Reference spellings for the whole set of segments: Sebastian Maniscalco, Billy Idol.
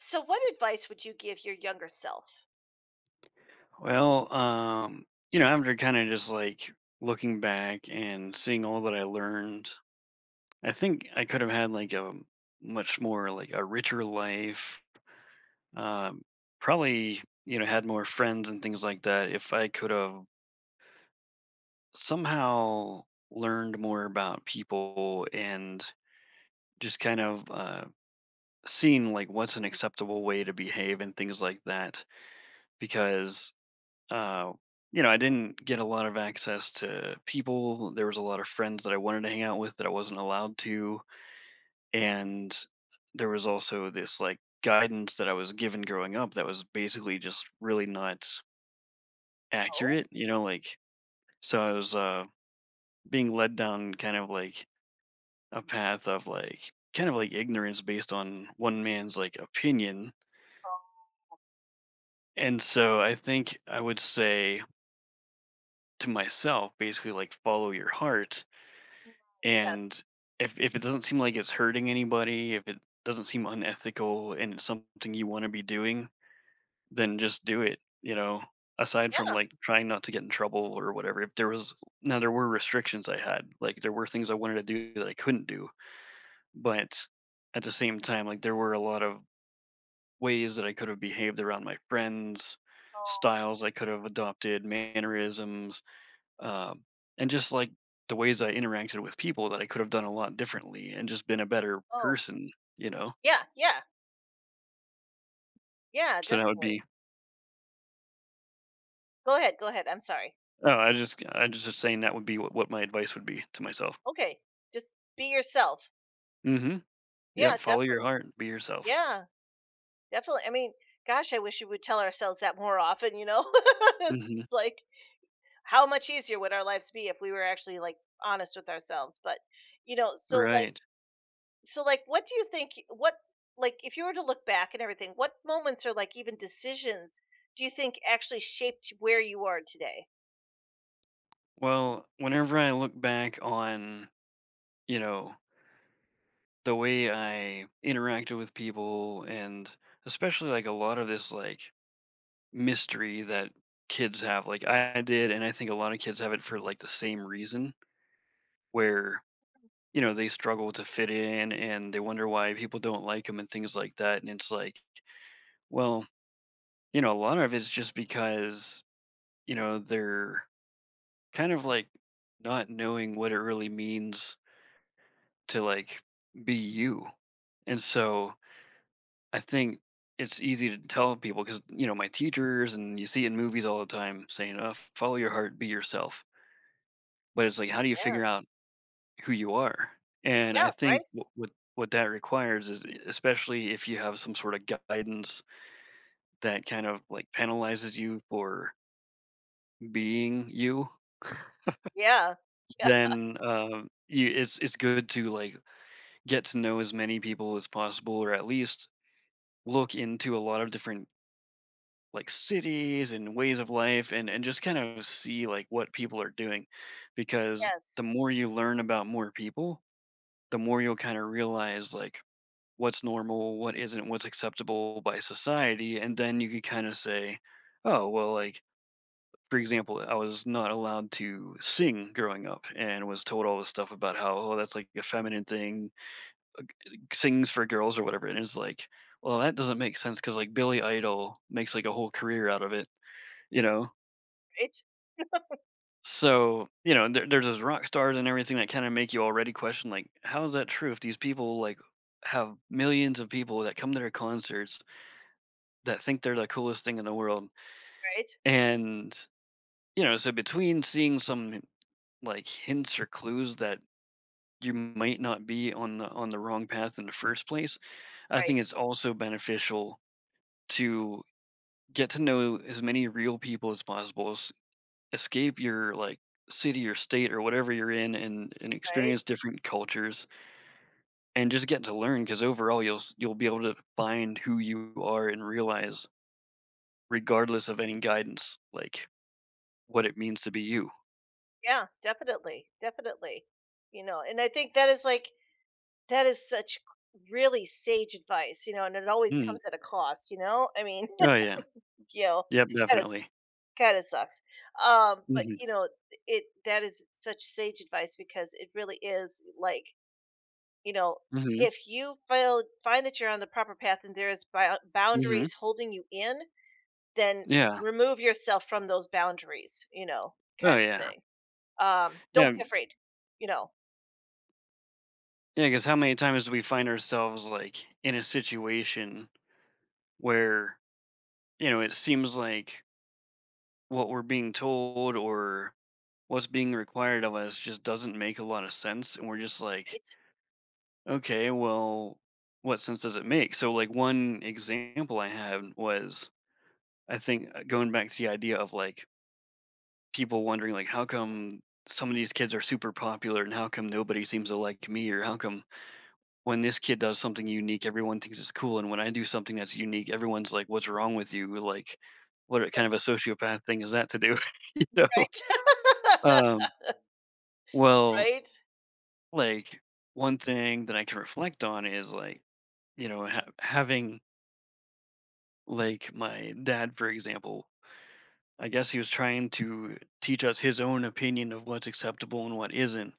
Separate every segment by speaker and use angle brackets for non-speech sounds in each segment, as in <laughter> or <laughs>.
Speaker 1: So, what advice would you give your younger self?
Speaker 2: Well, um, after kind of just like looking back and seeing all that I learned, I think I could have had like a much more like a richer life. Um, probably, you know, had more friends and things like that if I could have somehow learned more about people and just kind of seen like what's an acceptable way to behave and things like that. Because uh, you know, I didn't get a lot of access to people. There was a lot of friends that I wanted to hang out with that I wasn't allowed to, and there was also this like guidance that I was given growing up that was basically just really not
Speaker 1: Oh,
Speaker 2: accurate. You know, like so I was being led down kind of like a path of like kind of like ignorance based on one man's like opinion.
Speaker 1: um,
Speaker 2: And so I think I would say to myself, basically like follow your heart.
Speaker 1: yes.
Speaker 2: And if it doesn't seem like it's hurting anybody, if it doesn't seem unethical and it's something you want to be doing, then just do it. Aside from
Speaker 1: Yeah.
Speaker 2: like trying not to get in trouble or whatever. If there was now there were restrictions I had. Like there were things I wanted to do that I couldn't do, but at the same time like there were a lot of ways that I could have behaved around my friends,
Speaker 1: Oh,
Speaker 2: styles I could have adopted, mannerisms, um, and just like the ways I interacted with people that I could have done a lot differently and just been a better
Speaker 1: oh,
Speaker 2: person, you know.
Speaker 1: yeah, yeah,
Speaker 2: S-
Speaker 1: yeah,
Speaker 2: So that would
Speaker 1: definitely.
Speaker 2: be
Speaker 1: Go ahead, go ahead. I'm sorry.
Speaker 2: oh, I just saying that would be what my advice would be to myself.
Speaker 1: Okay, just be yourself.
Speaker 2: Mm-hmm.
Speaker 1: Yeah,
Speaker 2: Yep. Follow your
Speaker 1: definitely.
Speaker 2: heart. Be yourself.
Speaker 1: Yeah, definitely. I mean, gosh, I wish we would tell ourselves that more often, you know? <laughs> It's
Speaker 2: Mm-hmm.
Speaker 1: like, how much easier would our lives be if we were actually like honest with ourselves? But, you know, so like,
Speaker 2: Right.
Speaker 1: so, like, what do you think, what like, if you were to look back and everything, what moments or, like, even decisions do you think actually shaped where you are today?
Speaker 2: Well, whenever I look back on you know the way I interacted with people and especially like a lot of this like mystery that kids have like I did, and I think a lot of kids have it for like the same reason where you know they struggle to fit in and they wonder why people don't like them and things like that, and it's like well you know a lot of it's just because you know they're kind of like not knowing what it really means to like be you. And so I think it's easy to tell people because you know my teachers and you see it in movies all the time saying follow your heart, be yourself, but it's like how do you
Speaker 1: Yeah.
Speaker 2: figure out who you are. And I
Speaker 1: Yeah,
Speaker 2: think
Speaker 1: right?
Speaker 2: what that requires is especially if you have some sort of guidance that kind of like penalizes you for being you,
Speaker 1: Yeah. Yeah,
Speaker 2: then you, it's good to like get to know as many people as possible, or at least look into a lot of different like cities and ways of life, and just kind of see like what people are doing, because
Speaker 1: yes.
Speaker 2: the more you learn about more people, the more you'll kind of realize like what's normal, what isn't, what's acceptable by society, and then you could kind of say, oh, well, like for example, I was not allowed to sing growing up and was told all this stuff about how oh that's like a feminine thing, sings for girls or whatever, and it's like, well, that doesn't make sense because like Billy Idol makes like a whole career out of it, you know.
Speaker 1: Right,
Speaker 2: So you know, there's those rock stars and everything that kind of make you already question like, how is that true if these people like have millions of people that come to their concerts that think they're the coolest thing in the world.
Speaker 1: right,
Speaker 2: And, you know, so between seeing some like hints or clues that you might not be on the wrong path in the first place, I
Speaker 1: right,
Speaker 2: think it's also beneficial to get to know as many real people as possible. Escape your like city or state or whatever you're in and
Speaker 1: right.
Speaker 2: experience different cultures and just get to learn because overall you'll you'll be able to find who you are and realize regardless of any guidance like what it means to be you.
Speaker 1: Yeah, definitely, definitely. You know, and I think that is, like that is such really sage advice, you know, and it always
Speaker 2: Mm.
Speaker 1: comes at a cost, you know? I mean,
Speaker 2: Oh, yeah.
Speaker 1: <laughs> you know,
Speaker 2: Yep,
Speaker 1: that is
Speaker 2: definitely.
Speaker 1: kinda sucks. But,
Speaker 2: Mhm.
Speaker 1: you know, it that is such sage advice because it really is, like, you know,
Speaker 2: Mhm.
Speaker 1: if you feel find that you're on the proper path and there is
Speaker 2: Mhm.
Speaker 1: boundaries holding you in, then
Speaker 2: Yeah.
Speaker 1: remove yourself from those boundaries, you know, kind
Speaker 2: Oh,
Speaker 1: of
Speaker 2: yeah.
Speaker 1: thing. Don't
Speaker 2: Yeah.
Speaker 1: be afraid, you know,
Speaker 2: Yeah. Because how many times do we find ourselves, like, in a situation where, you know, it seems like what we're being told or what's being required of us just doesn't make a lot of sense, and we're just like,
Speaker 1: right? <laughs>
Speaker 2: "Okay, well, what sense does it make?" So, like, one example I had was, I think, going back to the idea of, like, people wondering like how come some of these kids are super popular and how come nobody seems to like me, or how come when this kid does something unique everyone thinks it's cool, and when I do something that's unique everyone's like what's wrong with you, like what kind of a sociopath thing is that to do, <laughs> you know.
Speaker 1: Right? <laughs>
Speaker 2: um well,
Speaker 1: Right?
Speaker 2: like, one thing that I can reflect on is like you know having like my dad for example. I guess he was trying to teach us his own opinion of what's acceptable and what isn't,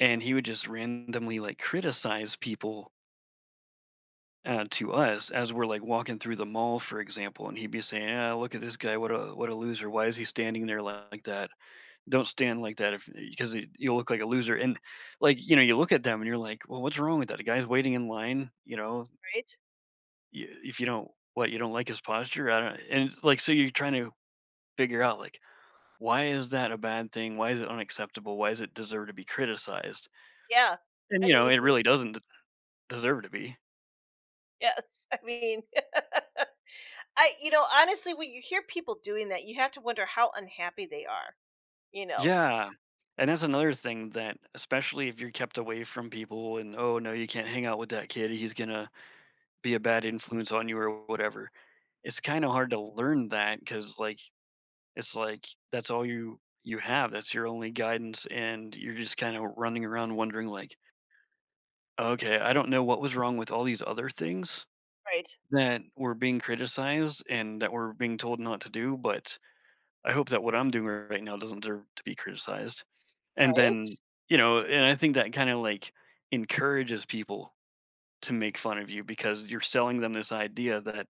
Speaker 2: and he would just randomly like criticize people to us as we're like walking through the mall, for example, and he'd be saying, "Ah, look at this guy! What a loser! Why is he standing there like that? Don't stand like that, if because it- you'll look like a loser." And like you know, you look at them and you're like, "Well, what's wrong with that? A guy's waiting in line. You know,
Speaker 1: Right?
Speaker 2: if you don't what you don't like his posture, I don't." And it's like so you're trying to figure out like why is that a bad thing? Why is it unacceptable? Why does it deserve to be criticized?
Speaker 1: Yeah.
Speaker 2: And
Speaker 1: I
Speaker 2: you know, it
Speaker 1: mean,
Speaker 2: really
Speaker 1: <laughs>
Speaker 2: doesn't deserve to be.
Speaker 1: yes, I mean <laughs> I, you know, honestly, when you hear people doing that, you have to wonder how unhappy they are. You know,
Speaker 2: Yeah. And that's another thing that, especially if you're kept away from people and, oh, no, you can't hang out with that kid. He's going to be a bad influence on you or whatever. It's kind of hard to learn that because, like, it's like that's all you have. That's your only guidance. And you're just kind of running around wondering, like, okay, I don't know what was wrong with all these other things
Speaker 1: right,
Speaker 2: that were being criticized and that were being told not to do. But I hope that what I'm doing right now doesn't deserve to be criticized. And
Speaker 1: right,
Speaker 2: then you know, and I think that kind of like encourages people to make fun of you because you're selling them this idea that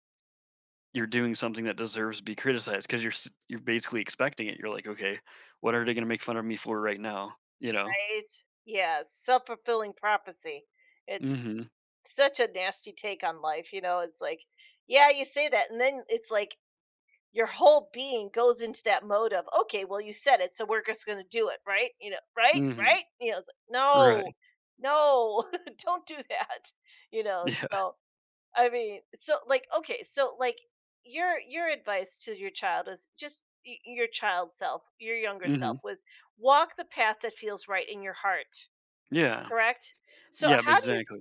Speaker 2: you're doing something that deserves to be criticized because you're you're basically expecting it, you're like okay, what are they going to make fun of me for right now, you know.
Speaker 1: right. Yeah, self-fulfilling prophecy. It's
Speaker 2: Mhm.
Speaker 1: such a nasty take on life, you know, it's like, yeah, you say that, and then it's like your whole being goes into that mode of, "Okay, well, you said it, so we're just gonna do it," right? You know, right,
Speaker 2: Mhm.
Speaker 1: right? You know, it's like,
Speaker 2: Right.
Speaker 1: "No, no, <laughs> don't do that," you
Speaker 2: <laughs>
Speaker 1: know,
Speaker 2: Yeah.
Speaker 1: so I mean, so like okay, so like your advice to your child is just your child self, your younger self
Speaker 2: Mhm.
Speaker 1: was walk the path that feels right in your heart,
Speaker 2: Yeah,
Speaker 1: correct? So
Speaker 2: yeah,
Speaker 1: how do you
Speaker 2: exactly.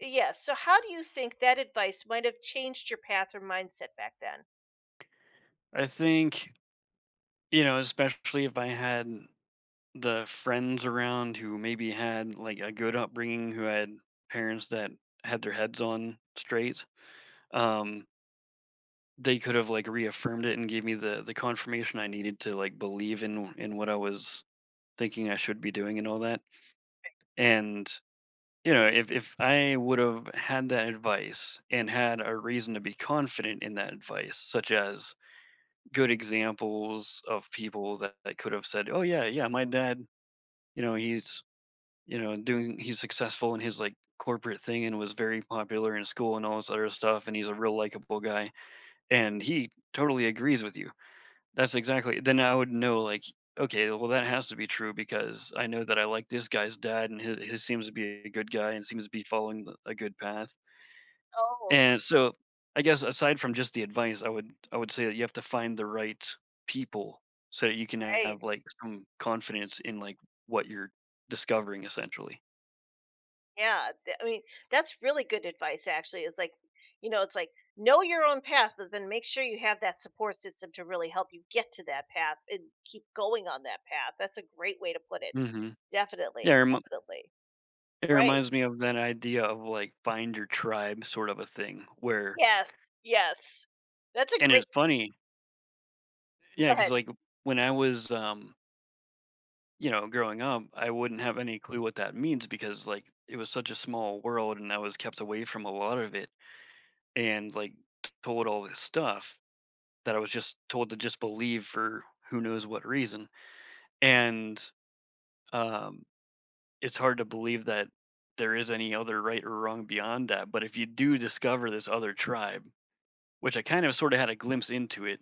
Speaker 1: Yeah, so how do you think that advice might have changed your path or mindset back then?
Speaker 2: I think you know especially if I had the friends around who maybe had like a good upbringing, who had parents that had their heads on straight, um they could have like reaffirmed it and gave me the confirmation I needed to like believe in what I was thinking I should be doing and all that. And you know, if I would have had that advice and had a reason to be confident in that advice, such as good examples of people that could have said oh yeah, yeah, my dad you know he's you know doing he's successful in his like corporate thing and was very popular in school and all this other stuff, and he's a real likable guy and he totally agrees with you. That's exactly, then I would know, like, okay, well, that has to be true because I know that I like this guy's dad, and his seems to be a good guy and seems to be following the a good path,
Speaker 1: Oh,
Speaker 2: and so, I guess aside from just the advice, I would say that you have to find the right people so that you can have,
Speaker 1: great.
Speaker 2: like, some confidence in, like, what you're discovering, essentially.
Speaker 1: Yeah, I mean, that's really good advice actually. It's like, you know, it's like know your own path, but then make sure you have that support system to really help you get to that path and keep going on that path. That's a great way to put it.
Speaker 2: Mhm. Yeah, it
Speaker 1: Definitely.
Speaker 2: remi
Speaker 1: Definitely.
Speaker 2: it
Speaker 1: Right.
Speaker 2: reminds me of that idea of, like, find your tribe sort of a thing where,
Speaker 1: Yes. Yes. That's a
Speaker 2: and
Speaker 1: great
Speaker 2: it's funny yeah,
Speaker 1: Go
Speaker 2: because
Speaker 1: ahead.
Speaker 2: like, when I was, you know, growing up, I wouldn't have any clue what that means because like it was such a small world and I was kept away from a lot of it and like told all this stuff that I was just told to just believe for who knows what reason. And um it's hard to believe that there is any other right or wrong beyond that. But if you do discover this other tribe, which I kind of sort of had a glimpse into it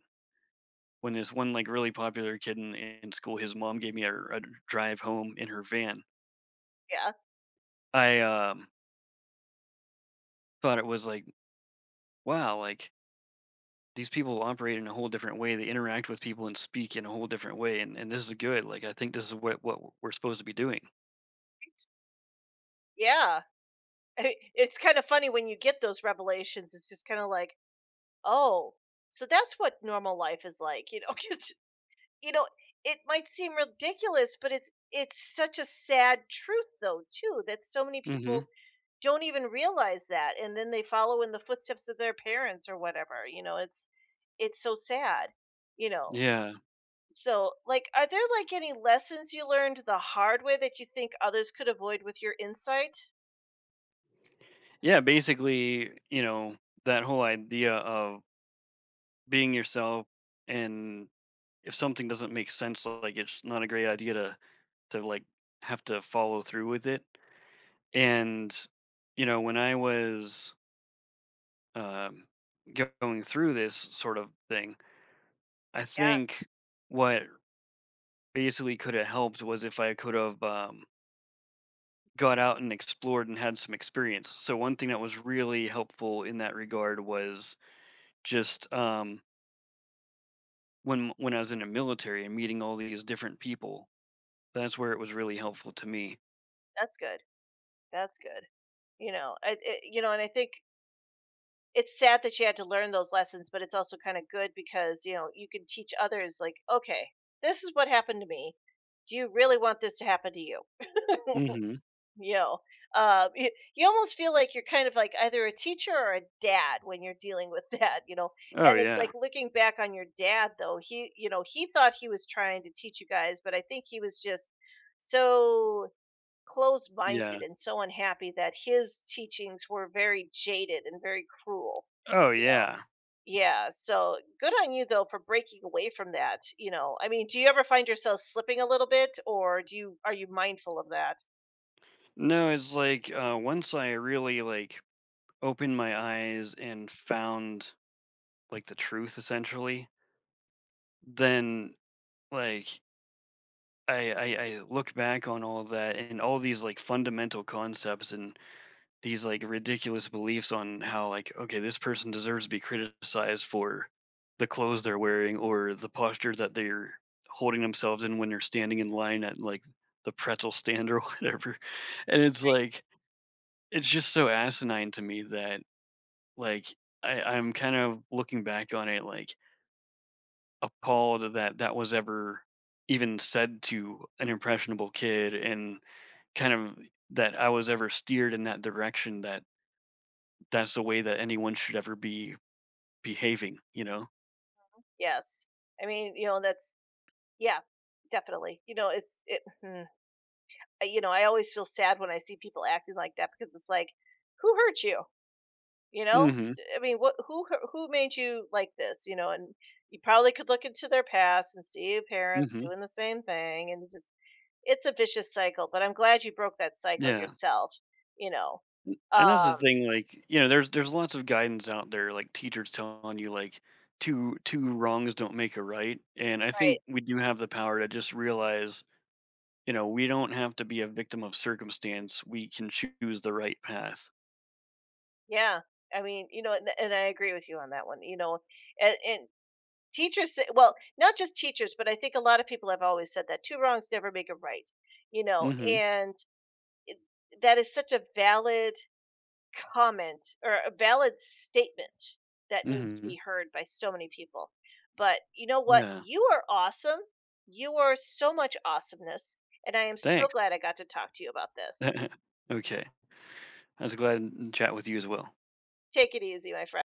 Speaker 2: when this one like really popular kid in school, his mom gave me a drive home in her van.
Speaker 1: Yeah.
Speaker 2: I thought it was like wow, like these people operate in a whole different way. They interact with people and speak in a whole different way. And this is good. Like, I think this is what we're supposed to be doing.
Speaker 1: It's- Yeah. I mean, it's kind of funny when you get those revelations. It's just kind of like, "Oh, so that's what normal life is like." You know, <laughs> you know, it might seem ridiculous, but it's such a sad truth though, too, that so many
Speaker 2: Hmm.
Speaker 1: people don't even realize that and then they follow in the footsteps of their parents or whatever. You know, it's so sad, you know.
Speaker 2: Yeah.
Speaker 1: So, like are there like any lessons you learned the hard way that you think others could avoid with your insight?
Speaker 2: Yeah. Basically, you know, that whole idea of being yourself and if something doesn't make sense, like it's not a great idea to like have to follow through with it. And, you know, when I was um, going through this sort of thing, I
Speaker 1: Yeah,
Speaker 2: think what basically could have helped was if I could have got out and explored and had some experience. So one thing that was really helpful in that regard was just when I was in the military and meeting all these different people. That's where it was really helpful to me.
Speaker 1: that's good. That's good. You know, I, it, you know, and I think it's sad that she had to learn those lessons, but it's also kind of good because, you know, you can teach others like, okay, this is what happened to me. Do you really want this to happen to you?
Speaker 2: Hmm.
Speaker 1: You know, uh, you, you almost feel like you're kind of like either a teacher or a dad when you're dealing with <laughs> that, you know.
Speaker 2: Oh
Speaker 1: And it's like
Speaker 2: yeah,
Speaker 1: looking back on your dad, though, he thought he was trying to teach you guys, but I think he was just so closed
Speaker 2: yeah.
Speaker 1: minded and so unhappy that his teachings were very jaded and very cruel,
Speaker 2: Oh
Speaker 1: you know
Speaker 2: yeah.
Speaker 1: yeah, so good on you though for breaking away from that, you know. I mean, do you ever find yourself slipping a little bit or do you are you mindful of that?
Speaker 2: No, it's like once I really like opened my eyes and found like the truth, essentially. Then like I look back on all of that and all these like fundamental concepts and these like ridiculous beliefs on how like okay this person deserves to be criticized for the clothes they're wearing or the posture that they're holding themselves in when they're standing in line at like the pretzel stand or <laughs> whatever, and it's like it's just so asinine to me that like I'm kind of looking back on it like appalled that that was ever even said to an impressionable kid, and kind of that I was ever steered in that direction that that's the way that anyone should ever be behaving, you know?
Speaker 1: Yes. I mean, you know, that's yeah, definitely. You know, it's it hmm, I- you know, I always feel sad when I see people acting like that because it's like who hurt you? You know?
Speaker 2: Mhm,
Speaker 1: I mean, who made you like this, you know? And you probably could look into their past and see your parents
Speaker 2: mhm,
Speaker 1: doing the same thing and just it's a vicious cycle, but I'm glad you broke that cycle
Speaker 2: yeah.
Speaker 1: yourself, you know?
Speaker 2: And that's the
Speaker 1: Um,
Speaker 2: thing, like, you know, there's lots of guidance out there, like teachers telling you, like, 2 wrongs don't make a right, and I
Speaker 1: right.
Speaker 2: think we do have the power to just realize, you know, we don't have to be a victim of circumstance, we can choose the right path.
Speaker 1: Yeah. I mean, you know, and I agree with you on that one, you know? And teachers say well, not just teachers, but I think a lot of people have always said that, "two wrongs never make a right," you know?
Speaker 2: Mhm,
Speaker 1: And that is such a valid comment or a valid statement that needs to
Speaker 2: mhm,
Speaker 1: be heard by so many people. But you know what?
Speaker 2: yeah.
Speaker 1: You are awesome. You are so much awesomeness. And I am so
Speaker 2: Thanks.
Speaker 1: glad I got to talk to you about this.
Speaker 2: <laughs> Okay. I was glad to chat with you as well.
Speaker 1: Take it easy, my friend.